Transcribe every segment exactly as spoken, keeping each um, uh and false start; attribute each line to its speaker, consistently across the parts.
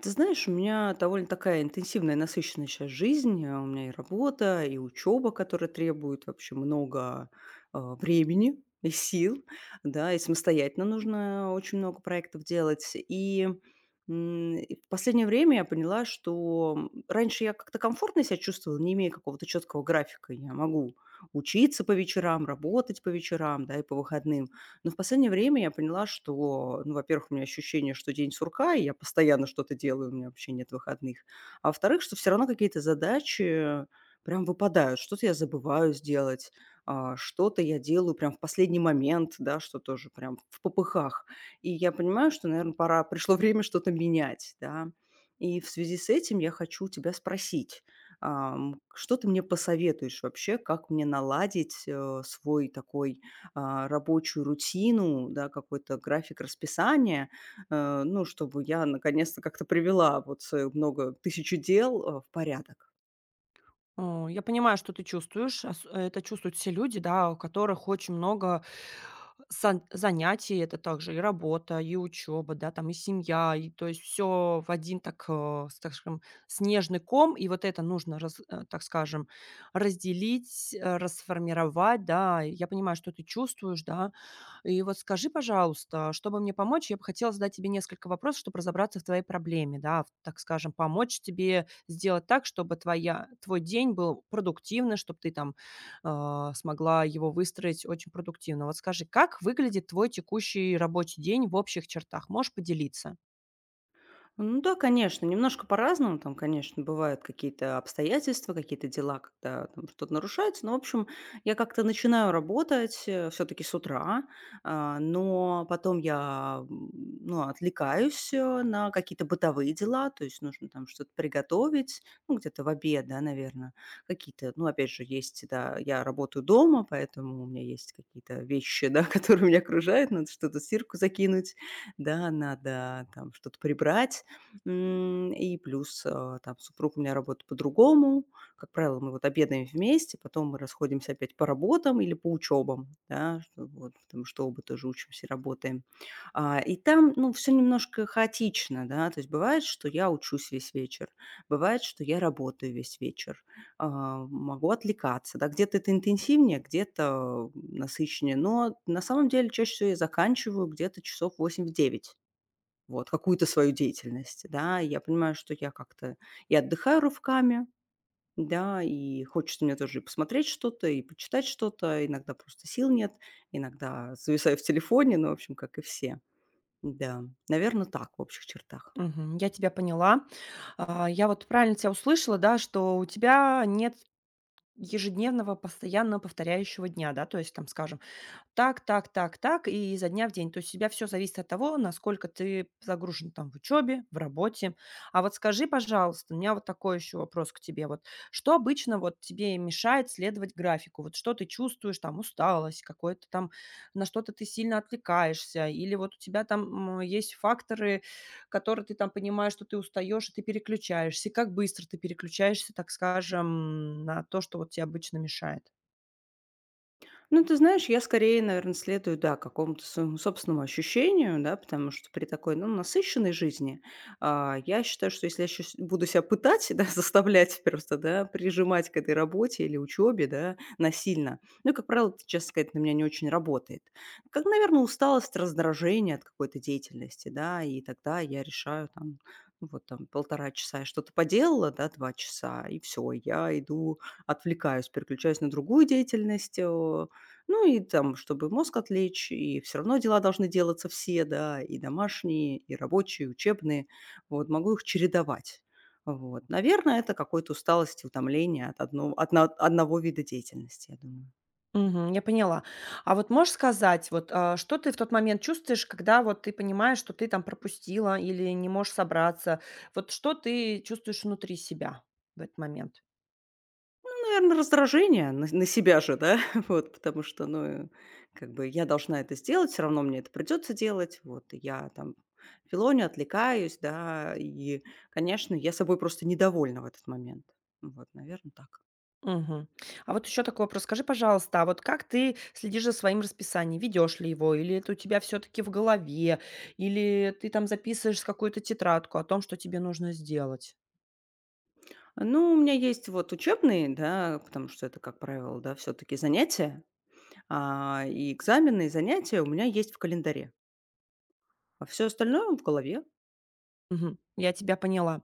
Speaker 1: Ты знаешь, у меня довольно такая интенсивная, насыщенная сейчас жизнь. Э, У меня и работа, и учеба, которая требует вообще много э, времени и сил, да, и самостоятельно нужно очень много проектов делать. И м, и в последнее время я поняла, что м, раньше я как-то комфортно себя чувствовала, не имея какого-то четкого графика. Я могу учиться по вечерам, работать по вечерам, да, и по выходным. Но в последнее время я поняла, что, ну, во-первых, у меня ощущение, что день сурка, и я постоянно что-то делаю, у меня вообще нет выходных. А во-вторых, что все равно какие-то задачи прям выпадают. Что-то я забываю сделать, а, что-то я делаю прям в последний момент, да, что тоже прям в попыхах. И я понимаю, что, наверное, пора, пришло время что-то менять, да. И в связи с этим я хочу тебя спросить, ам, что ты мне посоветуешь вообще, как мне наладить э, свой такой а, рабочую рутину, да, какой-то график расписания, э, ну, чтобы я наконец-то как-то привела вот свое много тысячу дел, э, в порядок.
Speaker 2: Э, я понимаю, что ты чувствуешь. Ос э, это чувствуют все люди, да, у которых очень много сан занятий. Это также и работа, и учеба, да, там и семья, и то есть все в один, так, э, с так скажем, снежный ком. И вот это нужно раз э, так скажем, разделить, э, расформировать, да. Я понимаю, что ты чувствуешь, да. И вот скажи, пожалуйста, а чтобы мне помочь, я бы хотела задать тебе несколько вопросов, чтобы разобраться в твоей проблеме, да, в- так скажем, помочь тебе сделать так, чтобы твоя, твой день был продуктивный, чтобы ты там а, смогла его выстроить очень продуктивно. Вот скажи, как выглядит твой текущий рабочий день в общих чертах? Можешь поделиться?
Speaker 1: Ну да, конечно, немножко по-разному. Там, конечно, бывают какие-то обстоятельства, какие-то дела, когда там что-то нарушается. Но, в общем, я как-то начинаю работать все-таки с утра, а, но потом я м, ну, отвлекаюсь э, на какие-то бытовые дела, то есть нужно там что-то приготовить, ну, где-то в обед, да, наверное, какие-то, ну, опять же, есть, да, я работаю дома, поэтому у меня есть какие-то вещи, да, которые меня окружают, надо что-то в стирку закинуть, да, надо там что-то прибрать. М, и плюс, а, там супруг у меня работает по-другому. Как правило, мы вот обедаем вместе, потом мы расходимся опять по работам или по учебам, да, что вот, потому что оба тоже учимся и работаем. А, и там, ну, все немножко хаотично, да, то есть бывает, что я учусь весь вечер, бывает, что я работаю весь вечер, а, могу отвлекаться, да, где-то это интенсивнее, где-то насыщеннее, но на самом деле чаще всего я заканчиваю где-то часов восемь в девять. Вот, какую-то свою деятельность, да. И я понимаю, что я как-то и отдыхаю рывками, да, и хочется мне тоже и посмотреть что-то, и почитать что-то. Иногда просто сил нет, иногда зависаю в телефоне, ну, в общем, как и все. Да, наверное, так в общих чертах.
Speaker 2: Мгм, я тебя поняла. А, Я вот правильно тебя услышала, да, что у тебя нет ежедневного, постоянно повторяющего дня, да, то есть там, скажем, так, так, так, так и изо дня в день. То есть у тебя всё зависит от того, насколько ты загружен там в учебе, в работе. А вот скажи, пожалуйста, у меня вот такой еще вопрос к тебе. Вот что обычно вот тебе мешает следовать графику? Вот что ты чувствуешь, там усталость, какое-то там на что-то ты сильно отвлекаешься или вот у тебя там, м, есть факторы, которые ты там понимаешь, что ты устаешь, и ты переключаешься? И как быстро ты переключаешься, так скажем, на то, что вот тебе обычно мешает?
Speaker 1: Ну, ты знаешь, я скорее, наверное, следую, да, какому-то своему собственному ощущению, да, потому что при такой, ну, насыщенной жизни, а, я считаю, что если я щас буду себя пытать, да, заставлять просто, да, прижимать к этой работе или учебе, да, насильно, ну, как правило, это, честно сказать, на меня не очень работает. Как, наверное, усталость, раздражение от какой-то деятельности, да, и тогда я решаю там, ну, вот там полтора часа я что-то поделала, да, два часа, и все, я иду, отвлекаюсь, переключаюсь на другую деятельность, э, ну и там, чтобы мозг отвлечь, и все равно дела должны делаться все, да, и домашние, и рабочие, и учебные. Вот, могу их чередовать. Вот. Наверное, это какой-то усталость и утомление от одно от на одного вида деятельности, я думаю.
Speaker 2: Мгм. Я поняла. А вот можешь сказать, вот, а, что ты в тот момент чувствуешь, когда вот ты понимаешь, что ты там пропустила или не можешь собраться? Вот что ты чувствуешь внутри себя в этот момент?
Speaker 1: Ну, наверно, раздражение на на себя же, да, вот, потому что, ну, э, как бы я должна это сделать, все равно мне это придется делать. Вот, и я там филоню, отвлекаюсь, да, и, конечно, я собой просто недовольна в этот момент. Вот, наверное, так.
Speaker 2: Мгм. А вот еще такой вопрос. Скажи, пожалуйста, а вот как ты следишь за своим расписанием? Ведешь ли его? Или это у тебя все-таки в голове? Или ты там записываешь в какую-то тетрадку о том, что тебе нужно сделать?
Speaker 1: Ну, у меня есть вот учебные, да, потому что это, как правило, да, все-таки занятия, а, и экзамены, и занятия у меня есть в календаре, а все остальное в голове.
Speaker 2: Мгм. Я тебя поняла.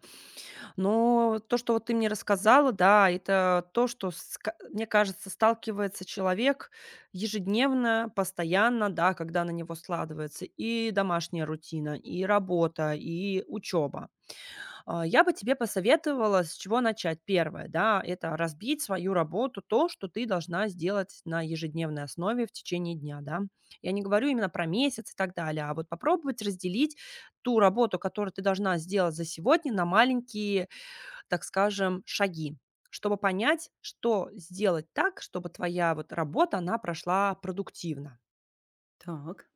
Speaker 2: Но то, что вот ты мне рассказала, да, это то, что, ска мне кажется, сталкивается человек ежедневно, постоянно, да, когда на него складывается и домашняя рутина, и работа, и учеба. А, я бы тебе посоветовала, с чего начать. Первое, да, это разбить свою работу, то, что ты должна сделать на ежедневной основе в течение дня, да. Я не говорю именно про месяц и так далее, а вот попробовать разделить ту работу, которую ты должна сделать за сегодня, на маленькие, так скажем, шаги, чтобы понять, что сделать так, чтобы твоя вот работа, она прошла продуктивно.
Speaker 1: Так.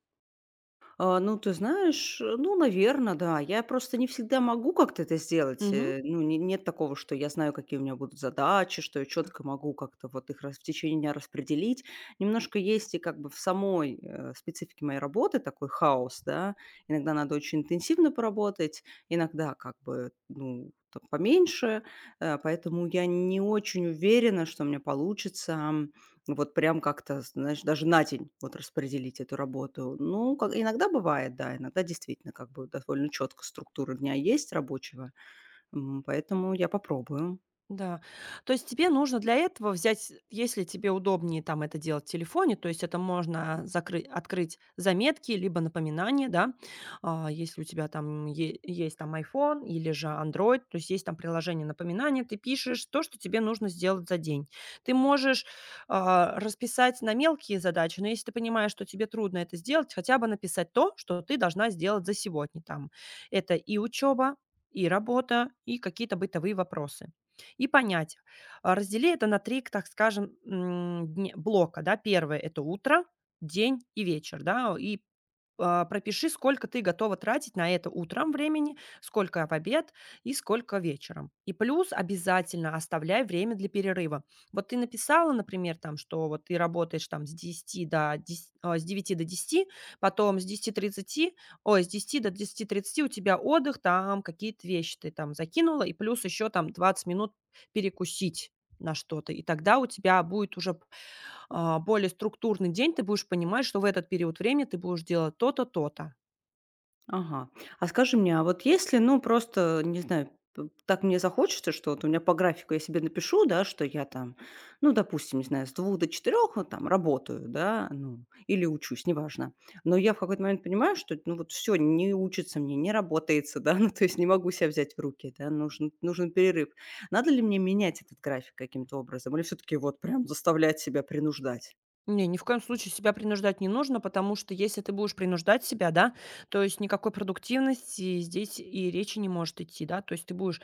Speaker 1: А, ну, ты знаешь, э, ну, наверное, да. Я просто не всегда могу как-то это сделать.
Speaker 2: Мгм.
Speaker 1: Э, ну, не нет такого, что я знаю, какие у меня будут задачи, что я четко могу как-то вот их рас в течение дня распределить. Немножко есть и как бы в самой, э, специфике моей работы такой хаос, да. Иногда надо очень интенсивно поработать, иногда как бы, ну, там поменьше. Э, поэтому я не очень уверена, что у меня получится, ну, вот прям как-то, знаешь, даже на день вот распределить эту работу. Ну, как иногда бывает, да, иногда действительно как бы довольно четко структура дня есть рабочего, м, поэтому я попробую.
Speaker 2: Да. То есть тебе нужно для этого взять, если тебе удобнее там это делать в телефоне, то есть это можно закрыть, открыть заметки, либо напоминания, да. А, если у тебя там е- есть там iPhone или же Android, то есть есть там приложение напоминания, ты пишешь то, что тебе нужно сделать за день. Ты можешь а, расписать на мелкие задачи, но если ты понимаешь, что тебе трудно это сделать, хотя бы написать то, что ты должна сделать за сегодня там. Это и учеба, и работа, и какие-то бытовые вопросы и понять. А, раздели это на три, так скажем, м, дне блока, да. Первое это утро, день и вечер, да. И, а, пропиши, сколько ты готова тратить на это утром времени, сколько в обед и сколько вечером. И плюс обязательно оставляй время для перерыва. Вот ты написала, например, там, что вот ты работаешь там с десяти до дес а, с девяти до десяти, потом с десяти тридцати ой, с десяти до десяти тридцати у тебя отдых, там какие-то вещи ты там закинула, и плюс еще там двадцать минут перекусить на что-то. И тогда у тебя будет уже, а, более структурный день. Ты будешь понимать, что в этот период времени ты будешь делать то-то, то-то.
Speaker 1: Ага. А скажи мне, а вот если, ну, просто, не знаю, п так мне захочется, что вот у меня по графику я себе напишу, да, что я там, ну, допустим, не знаю, с двух до четырех, вот там работаю, да, ну, или учусь, неважно. Но я в какой-то момент понимаю, что, ну, вот все, не учится мне, не работается, да, ну, то есть не могу себя взять в руки, да, нужен нужен перерыв. Надо ли мне менять этот график каким-то образом или все таки вот прям заставлять себя, принуждать?
Speaker 2: Не, ни в коем случае себя принуждать не нужно, потому что если ты будешь принуждать себя, да, то есть никакой продуктивности здесь и речи не может идти, да, то есть ты будешь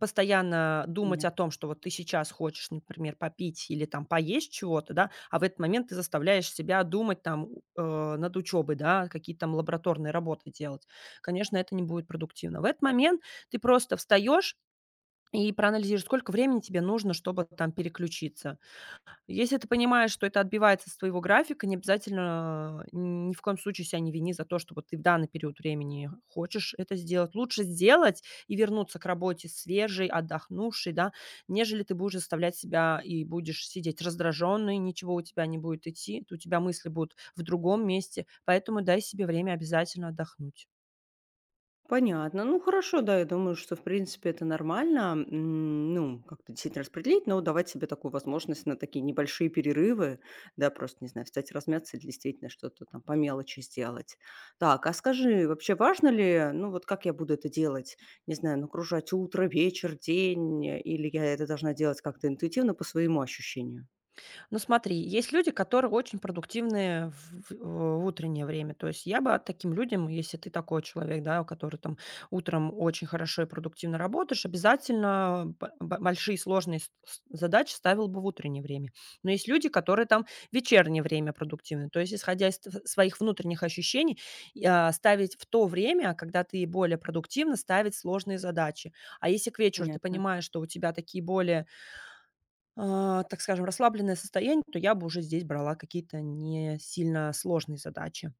Speaker 2: постоянно думать о том, что вот ты сейчас хочешь, например, попить или там поесть чего-то, да, а в этот момент ты заставляешь себя думать там у- э, над учебой, да, какие-то там лабораторные работы делать. Конечно, это не будет продуктивно. В этот момент ты просто встаешь и проанализируешь, сколько времени тебе нужно, чтобы там переключиться, если ты понимаешь, что это отбивается с твоего графика, не обязательно, э, ни в коем случае себя не вини за то, что вот ты в данный период времени хочешь это сделать. Лучше сделать и вернуться к работе свежей, отдохнувшей, да, нежели ты будешь заставлять себя и будешь сидеть раздраженный, ничего у тебя не будет идти, у тебя мысли будут в другом месте. Поэтому дай себе время обязательно отдохнуть.
Speaker 1: Понятно. Ну хорошо, да, я думаю, что в принципе это нормально, м, ну, как-то действительно распределить, но давать себе такую возможность на такие небольшие перерывы, да, просто, не знаю, встать размяться или действительно что-то там по мелочи сделать. Так, а скажи, вообще важно ли, ну вот как я буду это делать? Не знаю, нагружать утро, вечер, день, или я это должна делать как-то интуитивно по своему ощущению?
Speaker 2: Ну смотри, есть люди, которые очень продуктивные в в утреннее время. То есть я бы таким людям, если ты такой человек, да, который там утром очень хорошо и продуктивно работаешь, обязательно б- б- большие сложные с- с- задачи ставил бы в утреннее время. Но есть люди, которые там в вечернее время продуктивны. То есть исходя из т- своих внутренних ощущений, я- ставить в то время, когда ты более продуктивно, ставить сложные задачи. А если к вечеру ты
Speaker 1: Понятно.
Speaker 2: понимаешь, что у тебя такие более а, так скажем, расслабленное состояние, то я бы уже здесь брала какие-то не сильно сложные задачи.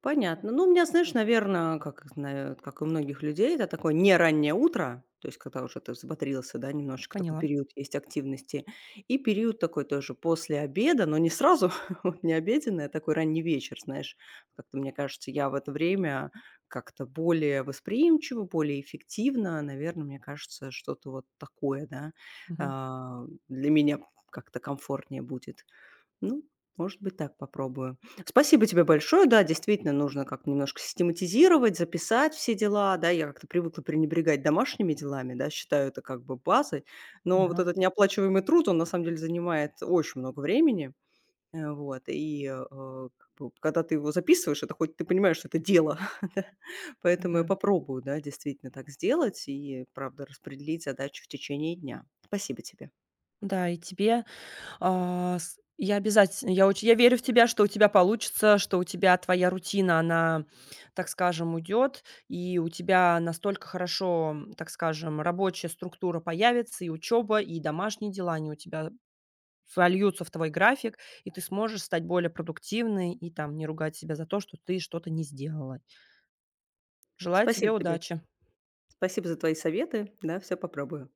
Speaker 1: Понятно. Ну, у меня, знаешь, наверное, как, зна как и у многих людей, это такое не раннее утро, то есть когда уже ты взбодрился, да, немножечко такой
Speaker 2: Поняла.
Speaker 1: период есть активности, и период такой тоже после обеда, но не сразу, вот не обеденный, а такой ранний вечер, знаешь. Как-то, мне кажется, я в это время как-то более восприимчива, более эффективна, наверное, мне кажется, что-то вот такое, да,
Speaker 2: Мгм.
Speaker 1: а, для меня как-то комфортнее будет. Ну, может быть, так попробую. Спасибо тебе большое. Да, действительно, нужно как-то немножко систематизировать, записать все дела. Да, я как-то привыкла пренебрегать домашними делами, да, считаю это как бы базой. Но вот
Speaker 2: Ага.
Speaker 1: этот неоплачиваемый труд, он на самом деле занимает очень много времени. Э, Вот, и э, э, как бы, когда ты его записываешь, это хоть ты понимаешь, что это дело. да. Поэтому я
Speaker 2: Да.
Speaker 1: попробую, да, действительно так сделать и, правда, распределить задачу в течение дня. Спасибо тебе.
Speaker 2: Да, и тебе, а, с я обязательно я очень я верю в тебя, что у тебя получится, что у тебя твоя рутина, она, так скажем, уйдет, и у тебя настолько хорошо, м, так скажем, рабочая структура появится, и учеба, и домашние дела, они у тебя вольются в твой график, и ты сможешь стать более продуктивной и там не ругать себя за то, что ты что-то не сделала. Желаю тебе
Speaker 1: Спасибо тебе.
Speaker 2: удачи.
Speaker 1: Спасибо за твои советы. Да, все попробую.